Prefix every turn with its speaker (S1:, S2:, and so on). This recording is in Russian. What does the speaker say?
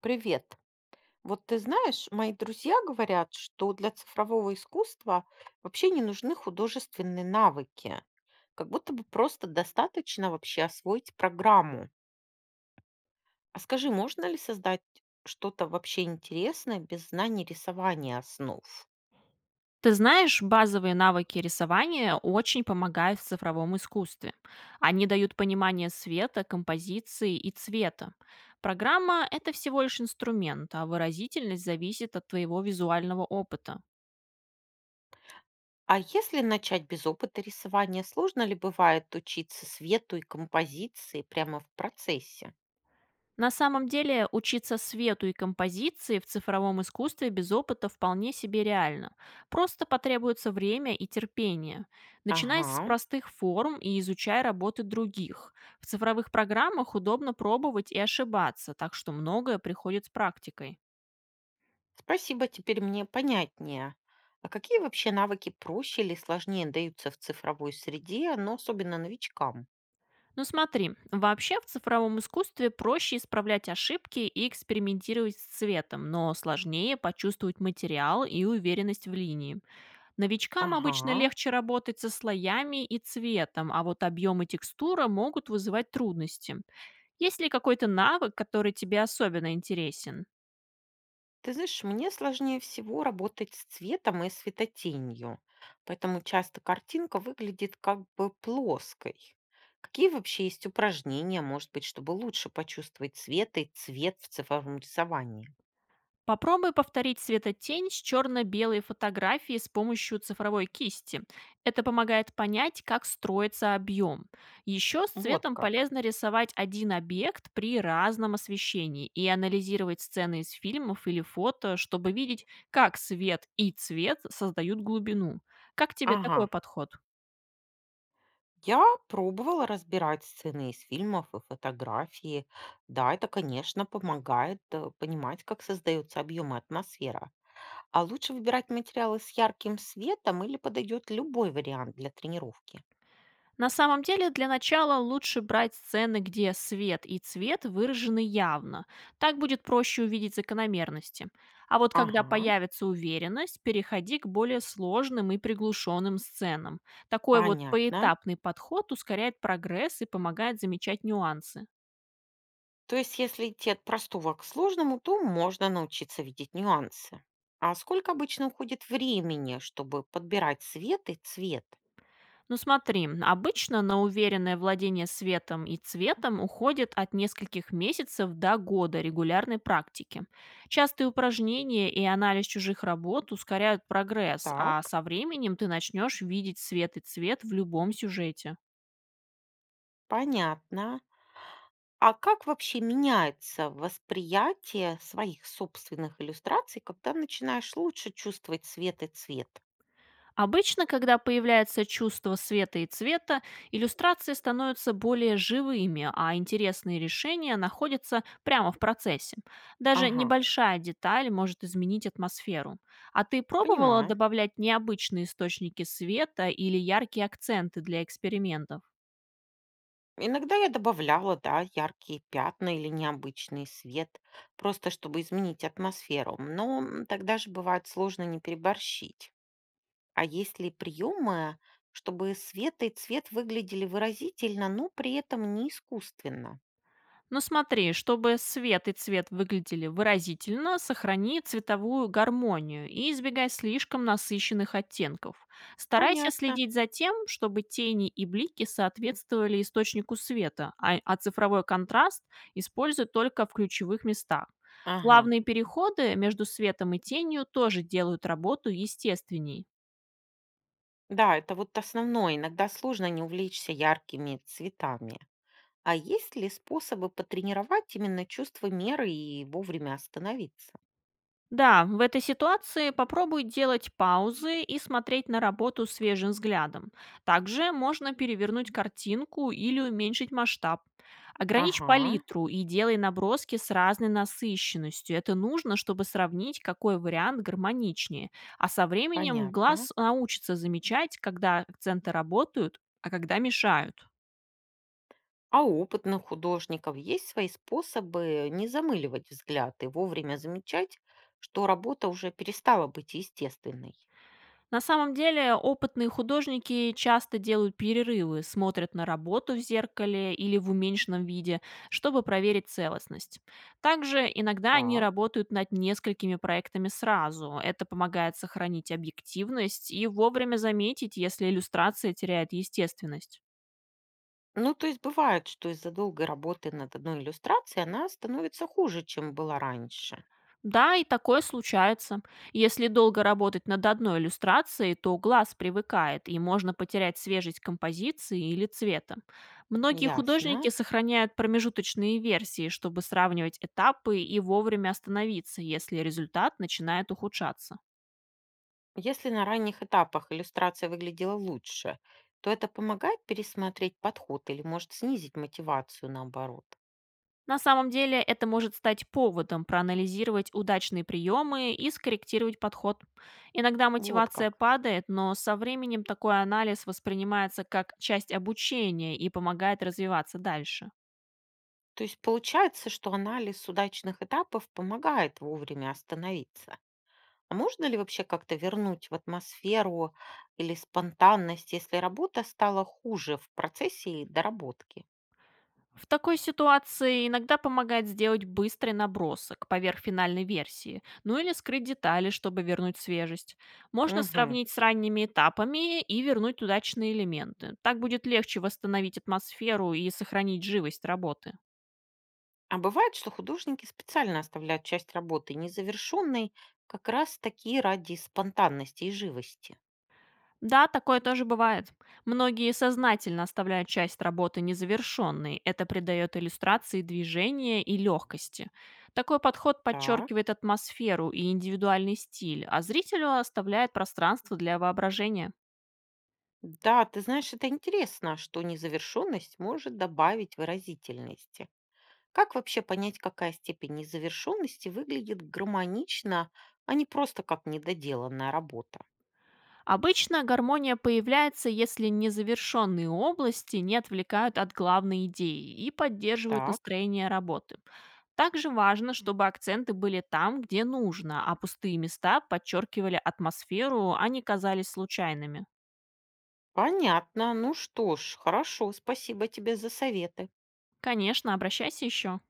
S1: Привет. Вот ты знаешь, мои друзья говорят, что для цифрового искусства вообще не нужны художественные навыки. Как будто бы просто достаточно вообще освоить программу. А скажи, можно ли создать что-то вообще интересное без знаний рисования основ?
S2: Ты знаешь, базовые навыки рисования очень помогают в цифровом искусстве. Они дают понимание света, композиции и цвета. Программа– это всего лишь инструмент, а выразительность зависит от твоего визуального опыта.
S1: А если начать без опыта рисования, сложно ли бывает учиться свету и композиции прямо в процессе?
S2: На самом деле, учиться свету и композиции в цифровом искусстве без опыта вполне себе реально. Просто потребуется время и терпение. Начинай с
S1: Ага.
S2: простых форм и изучай работы других. В цифровых программах удобно пробовать и ошибаться, так что многое приходит с практикой.
S1: Спасибо, теперь мне понятнее. А какие вообще навыки проще или сложнее даются в цифровой среде, но особенно новичкам?
S2: Ну смотри, вообще в цифровом искусстве проще исправлять ошибки и экспериментировать с цветом, но сложнее почувствовать материал и уверенность в линии. Новичкам обычно
S1: Ага.
S2: легче работать со слоями и цветом, а вот объем и текстура могут вызывать трудности. Есть ли какой-то навык, который тебе особенно интересен?
S1: Ты знаешь, мне сложнее всего работать с цветом и светотенью, поэтому часто картинка выглядит как бы плоской. Какие вообще есть упражнения, может быть, чтобы лучше почувствовать цвет и цвет в цифровом рисовании?
S2: Попробуй повторить светотень с черно-белой фотографией с помощью цифровой кисти. Это помогает понять, как строится объем. Еще с
S1: Вот
S2: цветом
S1: как.
S2: полезно рисовать один объект при разном освещении и анализировать сцены из фильмов или фото, чтобы видеть, как свет и цвет создают глубину. Как тебе
S1: Ага.
S2: такой подход?
S1: Я пробовала разбирать сцены из фильмов и фотографии. Да, это, конечно, помогает понимать, как создаются объемы атмосфера. А лучше выбирать материалы с ярким светом или подойдет любой вариант для тренировки.
S2: На самом деле, для начала лучше брать сцены, где свет и цвет выражены явно. Так будет проще увидеть закономерности. А вот когда
S1: Ага,
S2: появится уверенность, переходи к более сложным и приглушенным сценам. Такой вот
S1: понятно.
S2: поэтапный подход ускоряет прогресс и помогает замечать нюансы.
S1: То есть, если идти от простого к сложному, то можно научиться видеть нюансы. А сколько обычно уходит времени, чтобы подбирать свет и цвет?
S2: Ну смотри, обычно на уверенное владение светом и цветом уходит от нескольких месяцев до года регулярной практики. Частые упражнения и анализ чужих работ ускоряют прогресс, а
S1: Так,
S2: со временем ты начнешь видеть свет и цвет в любом сюжете.
S1: понятно. А как вообще меняется восприятие своих собственных иллюстраций, когда начинаешь лучше чувствовать свет и цвет?
S2: Обычно, когда появляется чувство света и цвета, иллюстрации становятся более живыми, а интересные решения находятся прямо в процессе. Даже
S1: Ага,
S2: небольшая деталь может изменить атмосферу. А ты пробовала
S1: понимаю.
S2: добавлять необычные источники света или яркие акценты для экспериментов?
S1: Иногда я добавляла, да, яркие пятна или необычный свет, просто чтобы изменить атмосферу. Но тогда же бывает сложно не переборщить. А есть ли приемы, чтобы свет и цвет выглядели выразительно, но при этом не искусственно?
S2: Но смотри, чтобы свет и цвет выглядели выразительно, сохрани цветовую гармонию и избегай слишком насыщенных оттенков. Старайся
S1: Понятно.
S2: следить за тем, чтобы тени и блики соответствовали источнику света, а цифровой контраст используй только в ключевых местах.
S1: Ага.
S2: Плавные переходы между светом и тенью тоже делают работу естественней.
S1: Да, это вот основное. Иногда сложно не увлечься яркими цветами. А есть ли способы потренировать именно чувство меры и вовремя остановиться?
S2: Да, в этой ситуации попробуй делать паузы и смотреть на работу свежим взглядом. Также можно перевернуть картинку или уменьшить масштаб. Ограничь
S1: Ага,
S2: палитру и делай наброски с разной насыщенностью. Это нужно, чтобы сравнить, какой вариант гармоничнее. А со временем
S1: понятно.
S2: глаз научится замечать, когда акценты работают, а когда мешают.
S1: А у опытных художников есть свои способы не замыливать взгляд и вовремя замечать, что работа уже перестала быть естественной?
S2: На самом деле, опытные художники часто делают перерывы, смотрят на работу в зеркале или в уменьшенном виде, чтобы проверить целостность. Также иногда они
S1: Так.
S2: работают над несколькими проектами сразу. Это помогает сохранить объективность и вовремя заметить, если иллюстрация теряет естественность.
S1: Ну, то есть бывает, что из-за долгой работы над одной иллюстрацией она становится хуже, чем была раньше.
S2: Да, и такое случается. Если долго работать над одной иллюстрацией, то глаз привыкает, и можно потерять свежесть композиции или цвета. Многие
S1: Ясно.
S2: художники сохраняют промежуточные версии, чтобы сравнивать этапы и вовремя остановиться, если результат начинает ухудшаться.
S1: Если на ранних этапах иллюстрация выглядела лучше, то это помогает пересмотреть подход или может снизить мотивацию наоборот.
S2: На самом деле это может стать поводом проанализировать удачные приемы и скорректировать подход. Иногда
S1: Вот
S2: мотивация
S1: как.
S2: падает, но со временем такой анализ воспринимается как часть обучения и помогает развиваться дальше.
S1: То есть получается, что анализ удачных этапов помогает вовремя остановиться. А можно ли вообще как-то вернуть в атмосферу или спонтанность, если работа стала хуже в процессе и доработки?
S2: В такой ситуации иногда помогает сделать быстрый набросок поверх финальной версии, ну или скрыть детали, чтобы вернуть свежесть. Можно
S1: Мгм.
S2: сравнить с ранними этапами и вернуть удачные элементы. Так будет легче восстановить атмосферу и сохранить живость работы.
S1: А бывает, что художники специально оставляют часть работы незавершенной как раз таки ради спонтанности и живости.
S2: Да, такое тоже бывает. Многие сознательно оставляют часть работы незавершенной. Это придает иллюстрации движения и легкости. Такой подход
S1: Так.
S2: подчеркивает атмосферу и индивидуальный стиль, а зрителю оставляет пространство для воображения.
S1: Да, ты знаешь, это интересно, что незавершенность может добавить выразительности. Как вообще понять, какая степень незавершенности выглядит гармонично, а не просто как недоделанная работа?
S2: Обычно гармония появляется, если незавершенные области не отвлекают от главной идеи и поддерживают
S1: Так,
S2: настроение работы. Также важно, чтобы акценты были там, где нужно, а пустые места подчеркивали атмосферу, а не казались случайными.
S1: понятно. Ну что ж, хорошо, спасибо тебе за советы.
S2: Конечно, обращайся еще.